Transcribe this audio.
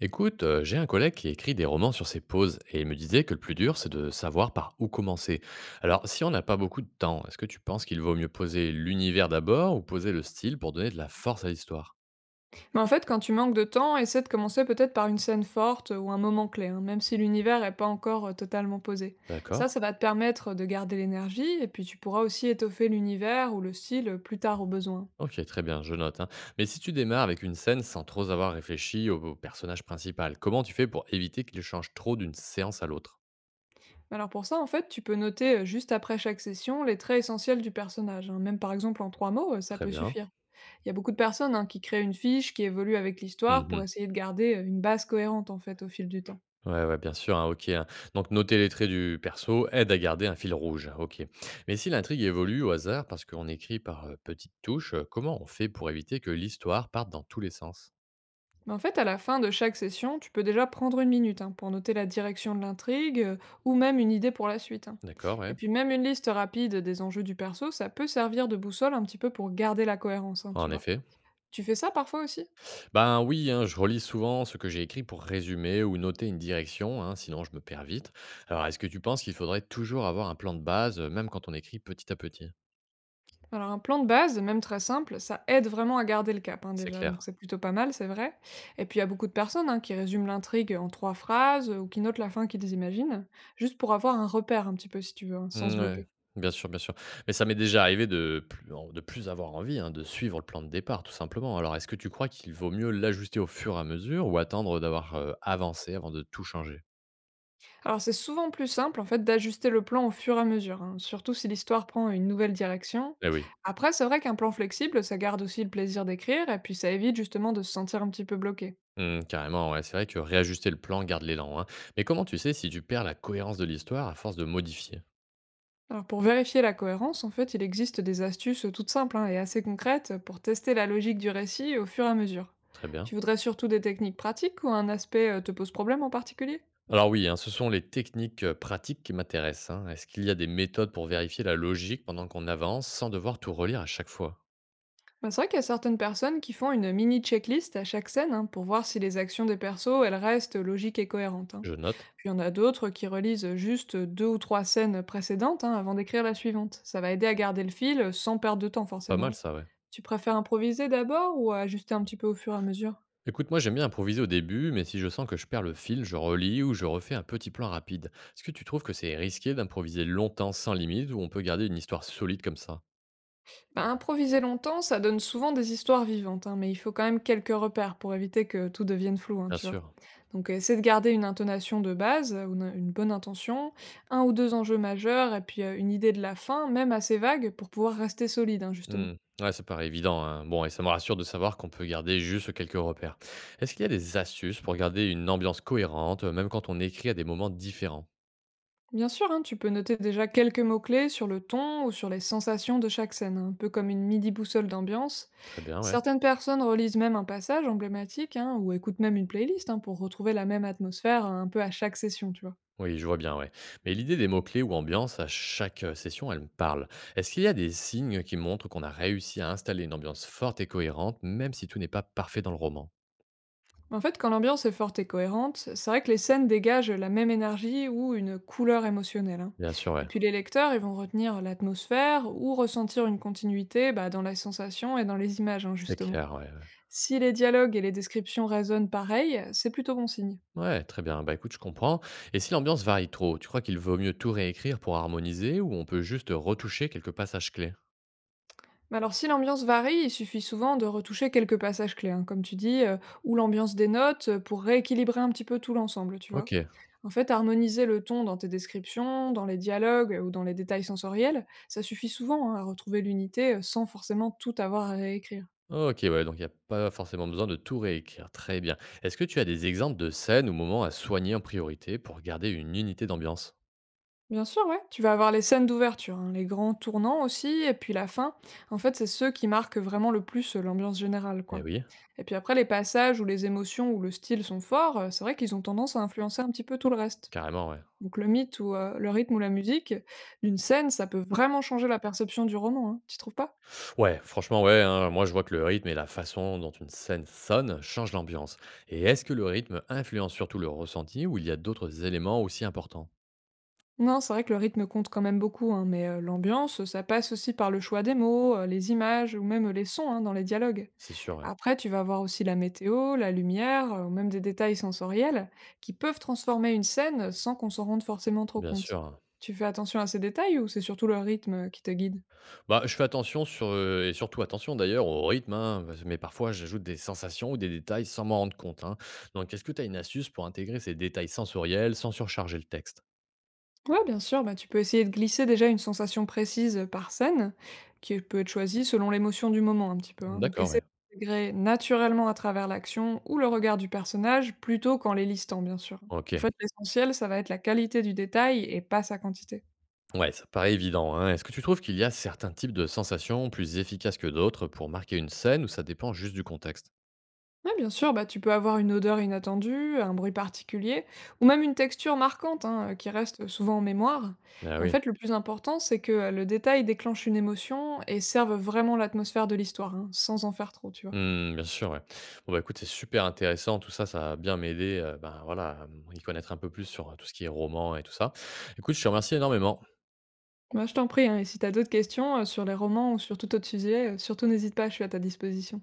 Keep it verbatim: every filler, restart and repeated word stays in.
Écoute, euh, j'ai un collègue qui écrit des romans sur ses pauses et il me disait que le plus dur, c'est de savoir par où commencer. Alors, si on n'a pas beaucoup de temps, est-ce que tu penses qu'il vaut mieux poser l'univers d'abord ou poser le style pour donner de la force à l'histoire? Mais en fait, quand tu manques de temps, essaie de commencer peut-être par une scène forte ou un moment clé, hein, même si l'univers n'est pas encore euh, totalement posé. Ça, D'accord. ça va te permettre de garder l'énergie et puis tu pourras aussi étoffer l'univers ou le style plus tard au besoin. OK, très bien, je note, hein. Mais si tu démarres avec une scène sans trop avoir réfléchi au, au personnage principal, comment tu fais pour éviter qu'il change trop d'une séance à l'autre? Alors pour ça, en fait, tu peux noter euh, juste après chaque session les traits essentiels du personnage, hein. Même par exemple en trois mots, euh, ça Très peut bien. suffire. Il y a beaucoup de personnes, hein, qui créent une fiche qui évolue avec l'histoire pour Mhm. essayer de garder euh, une base cohérente en fait au fil du temps. Ouais, ouais, bien sûr, hein, OK, hein. Donc noter les traits du perso aide à garder un fil rouge, OK. Mais si l'intrigue évolue au hasard parce qu'on écrit par euh, petites touches, euh, comment on fait pour éviter que l'histoire parte dans tous les sens? Mais en fait, à la fin de chaque session, tu peux déjà prendre une minute, hein, pour noter la direction de l'intrigue euh, ou même une idée pour la suite, hein. D'accord, Et ouais. puis même une liste rapide des enjeux du perso, ça peut servir de boussole un petit peu pour garder la cohérence, hein, tu En vois. effet. Tu fais ça parfois aussi? Ben oui, hein, je relis souvent ce que j'ai écrit pour résumer ou noter une direction, hein, sinon je me perds vite. Alors, est-ce que tu penses qu'il faudrait toujours avoir un plan de base, euh, même quand on écrit petit à petit? Alors un plan de base, même très simple, ça aide vraiment à garder le cap, hein, C'est déjà, donc clair. c'est plutôt pas mal, c'est vrai. Et puis il y a beaucoup de personnes, hein, qui résument l'intrigue en trois phrases euh, ou qui notent la fin qu'ils imaginent, juste pour avoir un repère un petit peu si tu veux, hein, sans se Mmh, ouais, bloquer. bien sûr, bien sûr. Mais ça m'est déjà arrivé de plus en de plus avoir envie, hein, de suivre le plan de départ, tout simplement. Alors, est-ce que tu crois qu'il vaut mieux l'ajuster au fur et à mesure ou attendre d'avoir, heu, avancé avant de tout changer? Alors c'est souvent plus simple en fait d'ajuster le plan au fur et à mesure, hein, surtout si l'histoire prend une nouvelle direction. Eh oui, Après, c'est vrai qu'un plan flexible, ça garde aussi le plaisir d'écrire et puis ça évite justement de se sentir un petit peu bloqué. mmh, carrément, ouais, c'est vrai que réajuster le plan garde l'élan, hein. Mais comment tu sais si tu perds la cohérence de l'histoire à force de modifier? Alors pour vérifier la cohérence, en fait, il existe des astuces toutes simples, hein, et assez concrètes pour tester la logique du récit au fur et à mesure. Très bien. Tu voudrais surtout des techniques pratiques ou un aspect euh, te pose problème en particulier? Alors oui, hein, ce sont les techniques, heu, pratiques qui m'intéressent, hein. Est-ce qu'il y a des méthodes pour vérifier la logique pendant qu'on avance, sans devoir tout relire à chaque fois? Bah, c'est vrai qu'il y a certaines personnes qui font une mini checklist à chaque scène, hein, pour voir si les actions des persos, elles restent logiques et cohérentes, hein. Je note. Puis il y en a d'autres qui relisent juste deux ou trois scènes précédentes, hein, avant d'écrire la suivante. Ça va aider à garder le fil, sans perdre de temps Pas mal forcément. ça, ouais. Tu préfères improviser d'abord ou ajuster un petit peu au fur et à mesure? Écoute, moi j'aime bien improviser au début, mais si je sens que je perds le fil, je relis ou je refais un petit plan rapide. Est-ce que tu trouves que c'est risqué d'improviser longtemps sans limite ou on peut garder une histoire solide comme ça? Ben improviser longtemps, ça donne souvent des histoires vivantes, hein, mais il faut quand même quelques repères pour éviter que tout devienne flou, hein, Bien tu vois? sûr. Donc, heu, essaie de garder une intonation de base, heu, une une bonne intention, un ou deux enjeux majeurs et puis, heu, une idée de la fin, même assez vague, pour pouvoir rester solide, hein, justement. Hmm. Ouais, ça paraît évident, hein. Bon, et ça me rassure de savoir qu'on peut garder juste quelques repères. Est-ce qu'il y a des astuces pour garder une ambiance cohérente, euh, même quand on écrit à des moments différents? Bien sûr, hein, tu peux noter déjà quelques mots-clés sur le ton ou sur les sensations de chaque scène, un peu comme une midi-boussole d'ambiance. Très bien, ouais. Certaines personnes relisent même un passage emblématique, hein, ou écoutent même une playlist, hein, pour retrouver la même atmosphère euh, un peu à chaque session, tu vois. Oui, je vois bien, ouais. Mais l'idée des mots-clés ou ambiance à chaque euh, session, elle me parle. Est-ce qu'il y a des signes qui montrent qu'on a réussi à installer une ambiance forte et cohérente, même si tout n'est pas parfait dans le roman? En fait, quand l'ambiance est forte et cohérente, c'est vrai que les scènes dégagent la même énergie ou une couleur émotionnelle, hein. Bien sûr, Et ouais. puis les lecteurs, ils vont retenir l'atmosphère ou ressentir une continuité, bah, dans la sensation et dans les images, hein, C'est justement. clair, ouais. Si les dialogues et les descriptions résonnent pareil, c'est plutôt bon signe. Ouais, ouais, très bien. Bah écoute, je comprends. Et si l'ambiance varie trop, tu crois qu'il vaut mieux tout réécrire pour harmoniser ou on peut juste retoucher quelques passages clés? Mais alors si l'ambiance varie, il suffit souvent de retoucher quelques passages clés, hein, comme tu dis, euh, ou l'ambiance des notes euh, pour rééquilibrer un petit peu tout l'ensemble, tu vois. OK. En fait, harmoniser le ton dans tes descriptions, dans les dialogues euh, ou dans les détails sensoriels, ça suffit souvent, hein, à retrouver l'unité euh, sans forcément tout avoir à réécrire. OK, ouais, donc il n'y a pas forcément besoin de tout réécrire. Très bien. Est-ce que tu as des exemples de scènes ou moments à soigner en priorité pour garder une unité d'ambiance? Bien sûr, ouais. Tu vas avoir les scènes d'ouverture, hein, les grands tournants aussi, et puis la fin. En fait, c'est ceux qui marquent vraiment le plus euh, l'ambiance générale, Eh quoi. oui, Et puis après, les passages où les émotions ou le style sont forts, euh, c'est vrai qu'ils ont tendance à influencer un petit peu tout le reste. carrément, ouais. Donc le mythe ou euh, le rythme ou la musique d'une scène, ça peut vraiment changer la perception du roman, hein, tu trouves pas? Ouais, franchement, ouais, hein, moi je vois que le rythme et la façon dont une scène sonne changent l'ambiance. Et est-ce que le rythme influence surtout le ressenti ou il y a d'autres éléments aussi importants? Non, c'est vrai que le rythme compte quand même beaucoup, hein, mais euh, l'ambiance, ça passe aussi par le choix des mots, euh, les images ou même euh, les sons, hein, dans les dialogues. C'est sûr, ouais. Après, tu vas voir aussi la météo, la lumière, euh, ou même des détails sensoriels qui peuvent transformer une scène sans qu'on s'en rende forcément trop Bien sûr, compte. hein. Tu fais attention à ces détails ou c'est surtout le rythme qui te guide? Bah, je fais attention sur, euh, et surtout attention d'ailleurs au rythme, hein, parce- mais parfois j'ajoute des sensations ou des détails sans m'en rendre compte, hein. Donc est-ce que tu as une astuce pour intégrer ces détails sensoriels sans surcharger le texte? Ouais, bien sûr, bah, tu peux essayer de glisser déjà une sensation précise par scène, qui peut être choisie selon l'émotion du moment un petit peu, hein. Donc D'accord, essaie ouais. d'intégrer naturellement à travers l'action ou le regard du personnage, plutôt qu'en les listant, bien sûr. OK. En fait, l'essentiel, ça va être la qualité du détail et pas sa quantité. Ouais, ça paraît évident, hein. Est-ce que tu trouves qu'il y a certains types de sensations plus efficaces que d'autres pour marquer une scène ou ça dépend juste du contexte? Ouais, bien sûr, bah, tu peux avoir une odeur inattendue, un bruit particulier, ou même une texture marquante, hein, euh, qui reste souvent en mémoire. Ah Et en oui, fait, le plus important, c'est que euh, le détail déclenche une émotion et serve vraiment l'atmosphère de l'histoire, hein, sans en faire trop, tu vois. mmh, bien sûr, ouais. Bon, bah, écoute, c'est super intéressant tout ça, ça a bien m'aider, heu, ben, voilà, à, mmh, y connaître un peu plus sur, tout ce qui est roman et tout ça. Écoute, je te remercie énormément. Bah, je t'en prie, hein, et si t'as d'autres questions, heu, sur les romans ou sur tout autre sujet, heu, surtout n'hésite pas, je suis à ta disposition.